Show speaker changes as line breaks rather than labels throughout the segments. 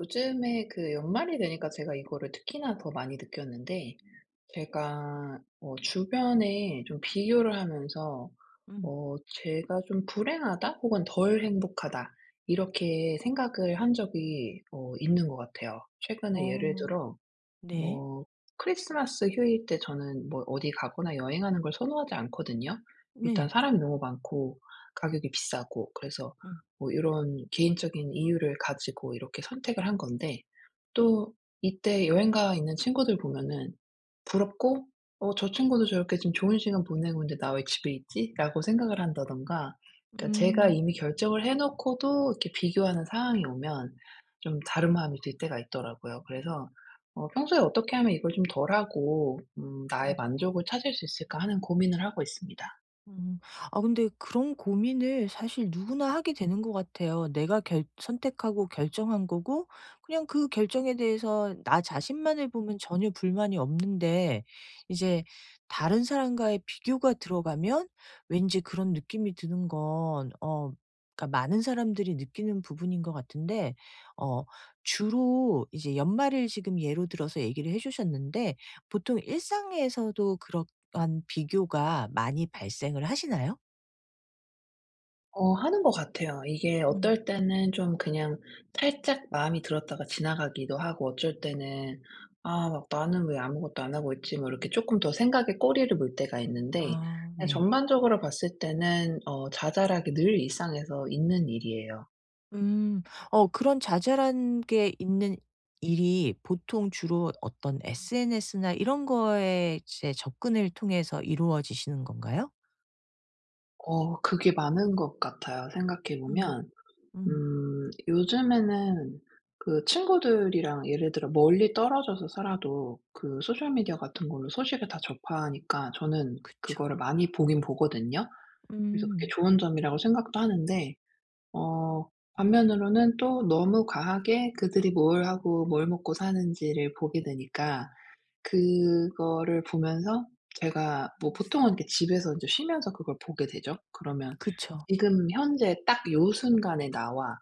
요즘에 그 연말이 되니까 제가 이거를 특히나 더 많이 느꼈는데, 제가 주변에 좀 비교를 하면서
음.
어 제가 좀 '불행하다.' 혹은 '덜 행복하다.' 이렇게 생각을 한 적이 있는 것 같아요. 최근에 예를
어
들어
네.
뭐 크리스마스 휴일 때 저는 뭐 어디 가거나 여행하는 걸 선호하지 않거든요. 일단
네.
사람이 너무 많고 가격이 비싸고, 그래서
음.
뭐런 개인적인 이유를 가지고 이렇게 선택을 한 건데, 또 이때 여행 가 있는 친구들 보면은 부럽고, '어 저 친구도 저렇게 지금 좋은 시간 보내고 있는데 나 왜 집에 있지?'라고 생각을 한다든가. 그러니까 제가
음.
이미 결정을 해 놓고도 이렇게 비교하는 상황이 오면 좀 다른 마음이 들 때가 있더라고요. 그래서 평소에 어떻게 하면 이걸 좀 덜하고 나의 만족을 찾을 수 있을까 하는 고민을 하고 있습니다.
음. 아 근데 그런 고민을 사실 누구나 하게 되는 것 같아요. 내가 결 선택하고 결정한 거고 그냥 그 결정에 대해서 나 자신만을 보면 전혀 불만이 없는데 이제 다른 사람과의 비교가 들어가면 왠지 그런 느낌이 드는 건. 그러니까 많은 사람들이 느끼는 부분인 것 같은데 어 주로 이제 연말을 지금 예로 들어서 얘기를 해 주셨는데 보통 일상에서도 그렇 한 비교가 많이 발생을 하시나요?
어, 하는 것 같아요. 이게
음.
어떨 때는 좀 그냥 살짝 마음이 들었다가 지나가기도 하고, 어쩔 때는, 아, 막 나는 왜 아무것도 안 하고 있지? 뭐 이렇게 조금 더 생각에 꼬리를 물 때가 있는데,
아
그냥
네네.
전반적으로 봤을 때는, 자잘하게 늘 일상에서 있는 일이에요.
음. 어 그런 자잘한 게 있는 일이 보통 주로 어떤 SNS나 이런 거에 이제 접근을 통해서 이루어지시는 건가요?
어, 그게 많은 것 같아요.
음.
생각해보면.
음.
요즘에는 그 친구들이랑 예를 들어 멀리 떨어져서 살아도 그 소셜 미디어 같은 걸로 소식을 다 접하니까 저는
그쵸.
그거를 많이 보긴 보거든요. 그래서 그게
음.
좋은 점이라고 생각도 하는데, 어 반면으로는 또 너무 과하게 그들이 뭘 하고 뭘 먹고 사는지를 보게 되니까, 그거를 보면서 제가 뭐 보통은 이렇게 집에서 이제 쉬면서 그걸 보게 되죠. 그러면
그쵸.
지금 현재 딱 요 순간에 나와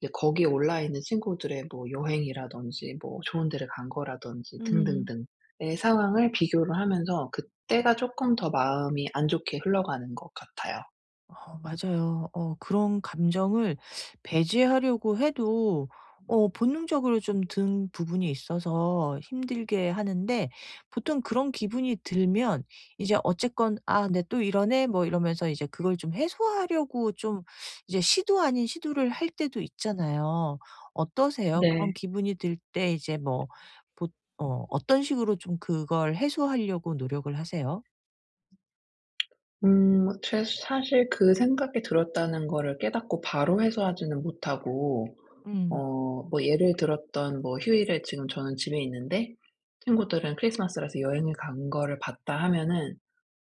이제 거기에 올라 있는 친구들의 뭐 여행이라든지 뭐 좋은 데를 간 거라든지
음.
등등등의 상황을 비교를 하면서 그때가 쪼끔 더 마음이 안 좋게 흘러가는 것 같아요.
어 맞아요. 어 그런 감정을 배제하려고 해도 어 본능적으로 좀든 부분이 있어서 힘들게 하는데 보통 그런 기분이 들면 이제 어쨌건 '아 내 또 이러네.' 뭐 이러면서 이제 그걸 좀 해소하려고 좀 이제 시도 아닌 시도를 할 때도 있잖아요. 어떠세요? 그런
네.
기분이 들 때 이제 뭐 보 어 어떤 식으로 좀 그걸 해소하려고 노력을 하세요?
음 제 사실 그 생각이 들었다는 거를 깨닫고 바로 해소하지는 못하고,
음.
어 뭐 예를 들었던 뭐 휴일에 지금 저는 집에 있는데 친구들은 크리스마스라서 여행을 간 거를 봤다 하면은,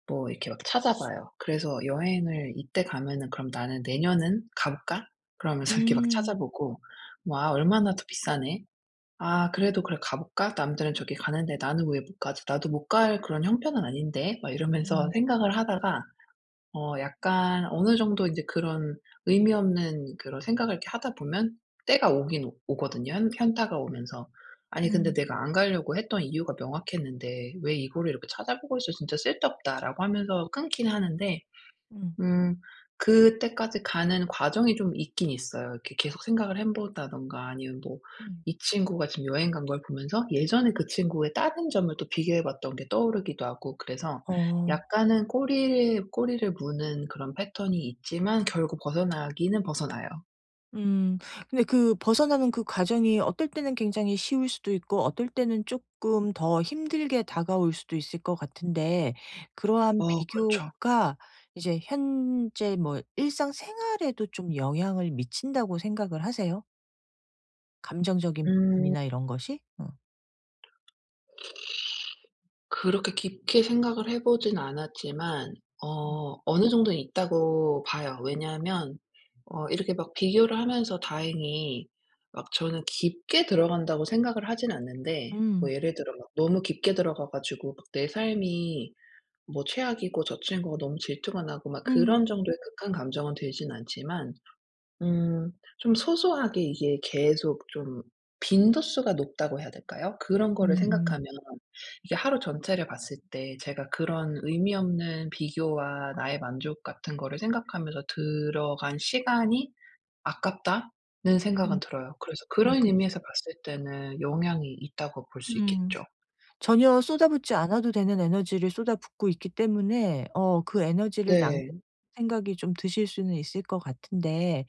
뭐 이렇게 막 찾아봐요. 그래서 여행을 '이때 가면은 그럼 나는 내년은 가 볼까?' 그러면서 이렇게 막
음.
찾아보고, 뭐 '아 얼마나 더 비싸네. 아 그래도 그래 가 볼까? 남들은 저기 가는데 나는 왜 못 가지? 나도 못 갈 그런 형편은 아닌데.' 막 이러면서
음.
생각을 하다가 약간 어느 정도 인제 그런 의미 없는 그런 생각을 이렇게 하다 보면 때가 오긴 오 오거든요, 현 현타가 오면서. '아니
음.
근데
음.
내가 안 가려고 했던 이유가 명확했는데 왜 이거를 이렇게 찾아보고 있어. 진짜 쓸데없다.'라고 하면서 끊긴 하는데.
음.
음. 그때까지 가는 과정이 좀 있긴 있어요. 이렇게 계속 생각을 해 본다든가 아니면 뭐
음.
이 친구가 지금 여행 간 걸 보면서 예전에 그 친구의 다른 점을 또 비교해 봤던 게 떠오르기도 하고, 그래서
어.
약간은 꼬리를 꼬리를 무는 그런 패턴이 있지만 결국 벗어나기는 벗어나요.
음. 근데 그 벗어나는 그 과정이 어떨 때는 굉장히 쉬울 수도 있고 어떨 때는 쪼끔 더 힘들게 다가올 수도 있을 것 같은데 그러한
어 그렇죠.
비교가 이제 현재 뭐 일상생활에도 좀 영향을 미친다고 생각을 하세요? 감정적인
음.
부분이나 이런 것이? 어.
그렇게 깊게 생각을 해 보진 않았지만,
음.
어느 정도는 있다고 봐요. 왜냐하면 이렇게 막 비교를 하면서, 다행히 막 저는 깊게 들어간다고 생각을 하진 않는데,
음.
뭐 예를 들어 막 너무 깊게 들어가 가지고 막 내 삶이 뭐 최악이고 저 친구가 너무 질투가 나고 막
음.
그런 정도의 극한 감정은 들진 않지만, 음 좀 소소하게 이게 계속 좀 빈도수가 높다고 해야 될까요? 그런 거를
음음.
생각하면 이게 하루 전체를 봤을 때 제가 그런 의미 없는 비교와 나의 만족 같은 거를 생각하면서 들어간 시간이 '아깝다.'는
음.
생각은 들어요. 그래서
어
그런
그쵸.
의미에서 봤을 때는 영향이 있다고 볼 수
음.
있겠죠.
전혀 쏟아붓지 않아도 되는 에너지를 쏟아붓고 있기 때문에 어 그 에너지를 낭비할
네.
생각이 좀 드실 수는 있을 것 같은데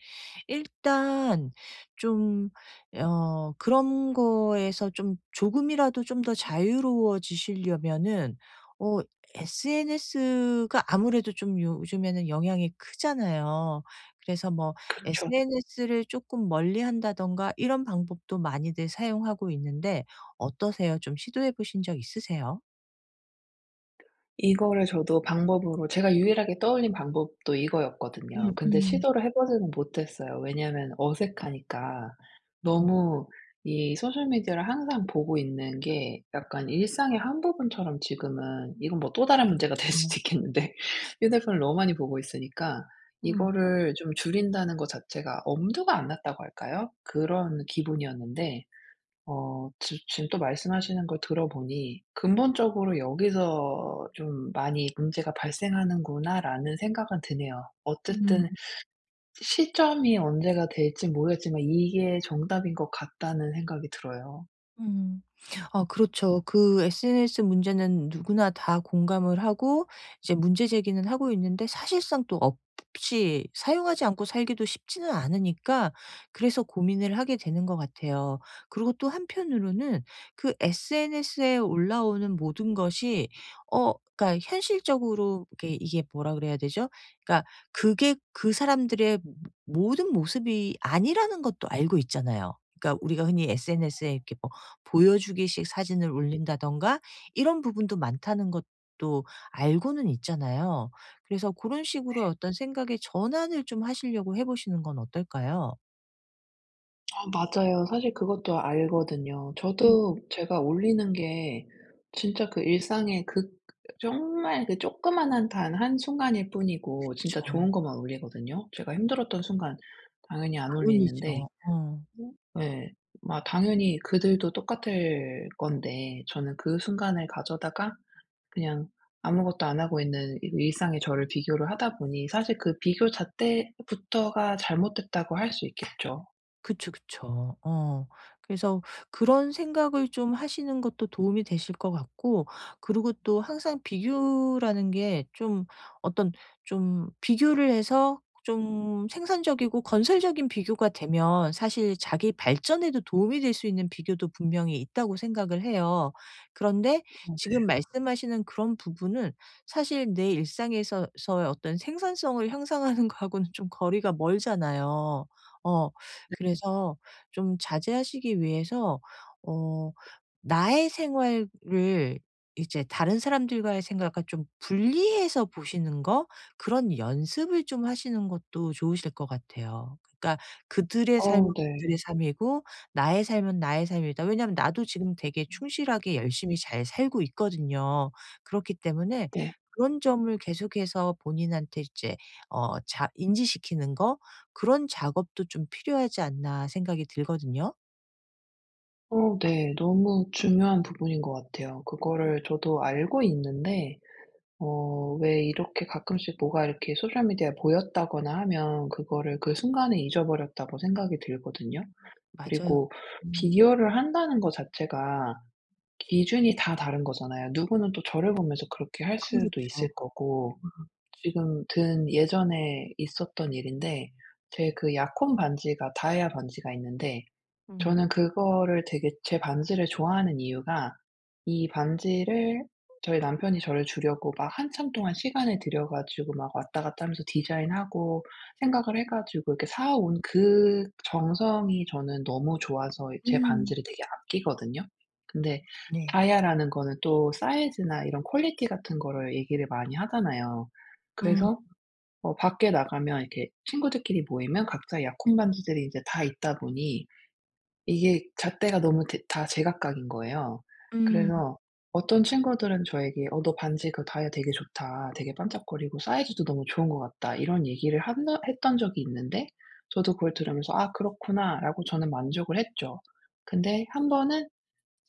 일단 좀 어 그런 거에서 좀 조금이라도 좀 더 자유로워지시려면은 어 SNS가 아무래도 좀 요즘에는 영향이 크잖아요. 그래서 뭐
그쵸.
SNS를 쪼끔 멀리한다든가 이런 방법도 많이들 사용하고 있는데 어떠세요? 좀 시도해 보신 적 있으세요?
이거를 저도 방법으로, 제가 유일하게 떠올린 방법도 이거였거든요.
음음.
근데
음.
시도를 해 보지는 못했어요. 왜냐하면 어색하니까.
음,
너무 이 소셜 미디어를 항상 보고 있는 게 약간 일상의 한 부분처럼, 지금은 이건 뭐 또 다른 문제가 될
그쵸.
수도 있겠는데 휴대폰을 너무 많이 보고 있으니까
음.
이거를 좀 줄인다는 것 자체가 엄두가 안 났다고 할까요? 그런 기분이었는데, 어 지 지금 또 말씀하시는 걸 들어보니 '근본적으로 여기서 좀 많이 문제가 발생하는구나.'라는 생각은 드네요.
음.
어쨌든 시점이 언제가 될지 모르겠지만 이게 정답인 것 같다는 생각이 들어요.
음. 어 그렇죠. 그 SNS 문제는 누구나 다 공감을 하고 이제 문제 제기는 하고 있는데 사실상 또 없이 사용하지 않고 살기도 쉽지는 않으니까 그래서 고민을 하게 되는 것 같아요. 그리고 또 한편으로는 그 SNS에 올라오는 모든 것이 어 그러니까 현실적으로 이게 뭐라 그래야 되죠? 그러니까 그게 그 사람들의 모든 모습이 아니라는 것도 알고 있잖아요. 그러니까 우리가 흔히 SNS에 이렇게 보여주기식 사진을 올린다든가 이런 부분도 많다는 것도 알고는 있잖아요. 그래서 그런 식으로 어떤 생각의 전환을 좀 하시려고 해 보시는 건 어떨까요?
아 맞아요. 사실 그것도 알거든요.
음.
저도 제가 올리는 게 진짜 그 일상의 그 정말 그 조그마한 단 한순간일 뿐이고 진짜
그쵸.
좋은 것만 올리거든요. 제가 힘들었던 순간 당연히 안
안
올리는데,
어울리죠. 어.
네, 막 당연히 그들도 똑같을 건데 저는 그 순간을 가져다가 그냥 아무것도 안 하고 있는 이 일상의 저를 비교를 하다 보니, 사실 그 비교 자체부터가 잘못됐다고 할 수 있겠죠.
그쵸, 그쵸. 어. 그래서 그런 생각을 좀 하시는 것도 도움이 되실 것 같고 그리고 또 항상 비교라는 게 좀 어떤 좀 비교를 해서 좀 생산적이고 건설적인 비교가 되면 사실 자기 발전에도 도움이 될 수 있는 비교도 분명히 있다고 생각을 해요. 그런데
어
지금
네.
말씀하시는 그런 부분은 사실 내 일상에서 서의 어떤 생산성을 향상하는 거하고는 좀 거리가 멀잖아요. 어. 그래서 좀 자제하시기 위해서 어 나의 생활을 이제 다른 사람들과의 생활과 좀 분리해서 보시는 거 그런 연습을 좀 하시는 것도 좋으실 것 같아요. 그러니까 그들의 삶은
어 네.
그들의 삶이고 나의 삶은 나의 삶이다. 왜냐하면 나도 지금 되게 충실하게 열심히 잘 살고 있거든요. 그렇기 때문에
네.
그런 점을 계속해서 본인한테 이제 어 자 인지시키는 거 그런 작업도 좀 필요하지 않나 생각이 들거든요.
어 네. 너무 중요한 부분인 것 같아요. 그거를 저도 알고 있는데, 왜 이렇게 가끔씩 뭐가 이렇게 소셜 미디어에 보였다거나 하면 그거를 그 순간에 잊어버렸다고 생각이 들거든요.
맞아요.
그리고
음.
비교를 한다는 거 자체가 기준이 다 다른 거잖아요. 누구는 또 저를 보면서 그렇게 할 수도
그렇죠.
있을 거고.
음.
지금 든 예전에 있었던 일인데, 제 그 약혼 반지가, 다이아 반지가 있는데,
음.
저는 그거를 되게, 제 반지를 좋아하는 이유가, 이 반지를 저희 남편이 저를 주려고 막 한참 동안 시간을 들여 가지고 막 왔다 갔다 하면서 디자인하고 생각을 해 가지고 이렇게 사 온 그 정성이 저는 너무 좋아서 제
음.
반지를 되게 아끼거든요. 근데
네.
다이아라는 거는 또 사이즈나 이런 퀄리티 같은 거를 얘기를 많이 하잖아요.
음.
그래서 밖에 나가면 이렇게 친구들끼리 모이면 각자 약혼 반지들이 이제 다 있다 보니 이게 잣대가 너무 대 다 제각각인 거예요.
음.
그래서 어떤 친구들은 저에게 "어 너 반지 그 다이아 되게 좋다. 되게 반짝거리고 사이즈도 너무 좋은 것 같다." 이런 얘기를 한 했던 적이 있는데, 저도 그걸 들으면서 '아 그렇구나.'라고 저는 만족을 했죠. 근데 한 번은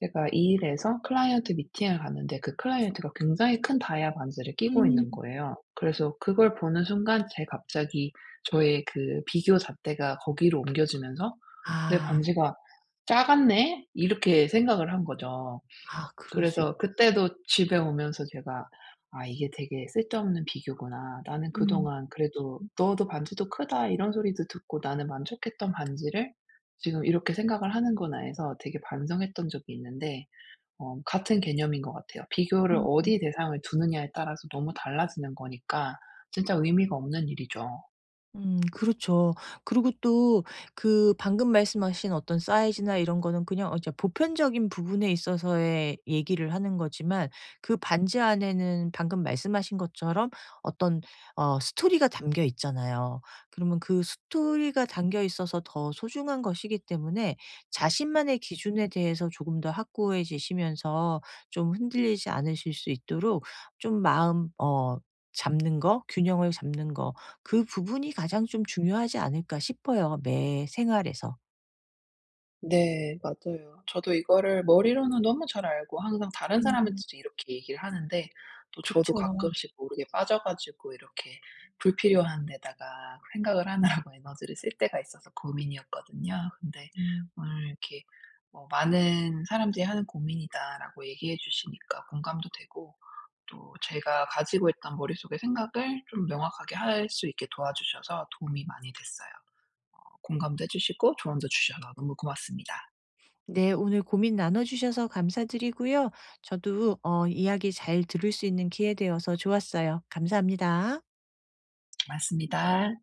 제가 이 일에서 클라이언트 미팅을 갔는데 그 클라이언트가 굉장히 큰 다이아 반지를 끼고
음.
있는 거예요. 그래서 그걸 보는 순간 제 갑자기 저의 그 비교 잣대가 거기로 옮겨지면서 '내
아.
반지가 작았네?' 이렇게 생각을 한 거죠.
아 그럴 수 있
그래서 그때도 집에 오면서 제가 '아 이게 되게 쓸데없는 비교구나. 나는
음.
그동안 그래도 '너도 반지도 크다.' 이런 소리도 듣고 나는 만족했던 반지를 지금 이렇게 생각을 하는구나.' 해서 되게 반성했던 적이 있는데, 같은 개념인 것 같아요. 비교를
음.
어디 대상을 두느냐에 따라서 너무 달라지는 거니까 진짜 의미가 없는 일이죠.
그렇죠. 그리고 또 그 방금 말씀하신 어떤 사이즈나 이런 거는 그냥 어 이제 보편적인 부분에 있어서의 얘기를 하는 거지만 그 반지 안에는 방금 말씀하신 것처럼 어떤 어 스토리가 담겨 있잖아요. 그러면 그 스토리가 담겨 있어서 더 소중한 것이기 때문에 자신만의 기준에 대해서 조금 더 확고해지시면서 좀 흔들리지 않으실 수 있도록 좀 마음 어 잡는 거, 균형을 잡는 거 그 부분이 가장 좀 중요하지 않을까 싶어요, 매 생활에서.
네. 맞아요. 저도 이거를 머리로는 너무 잘 알고 항상 다른
음.
사람한테도 이렇게 얘기를 하는데 또 저도
그쵸.
가끔씩 모르게 빠져 가지고 이렇게 불필요한 데다가 생각을 하느라고 에너지를 쓸 때가 있어서 고민이었거든요. 근데
음.
오늘 이렇게 많은 사람들이 하는 고민이다라고 얘기해 주시니까 공감도 되고, 또 제가 가지고 있던 머릿속의 생각을 좀 명확하게 할 수 있게 도와주셔서 도움이 많이 됐어요. 공감도 해 주시고 조언도 주셔서 너무 고맙습니다.
네. 오늘 고민 나눠 주셔서 감사드리고요. 저도 어 이야기 잘 들을 수 있는 기회 되어서 좋았어요. 감사합니다.
맞습니다.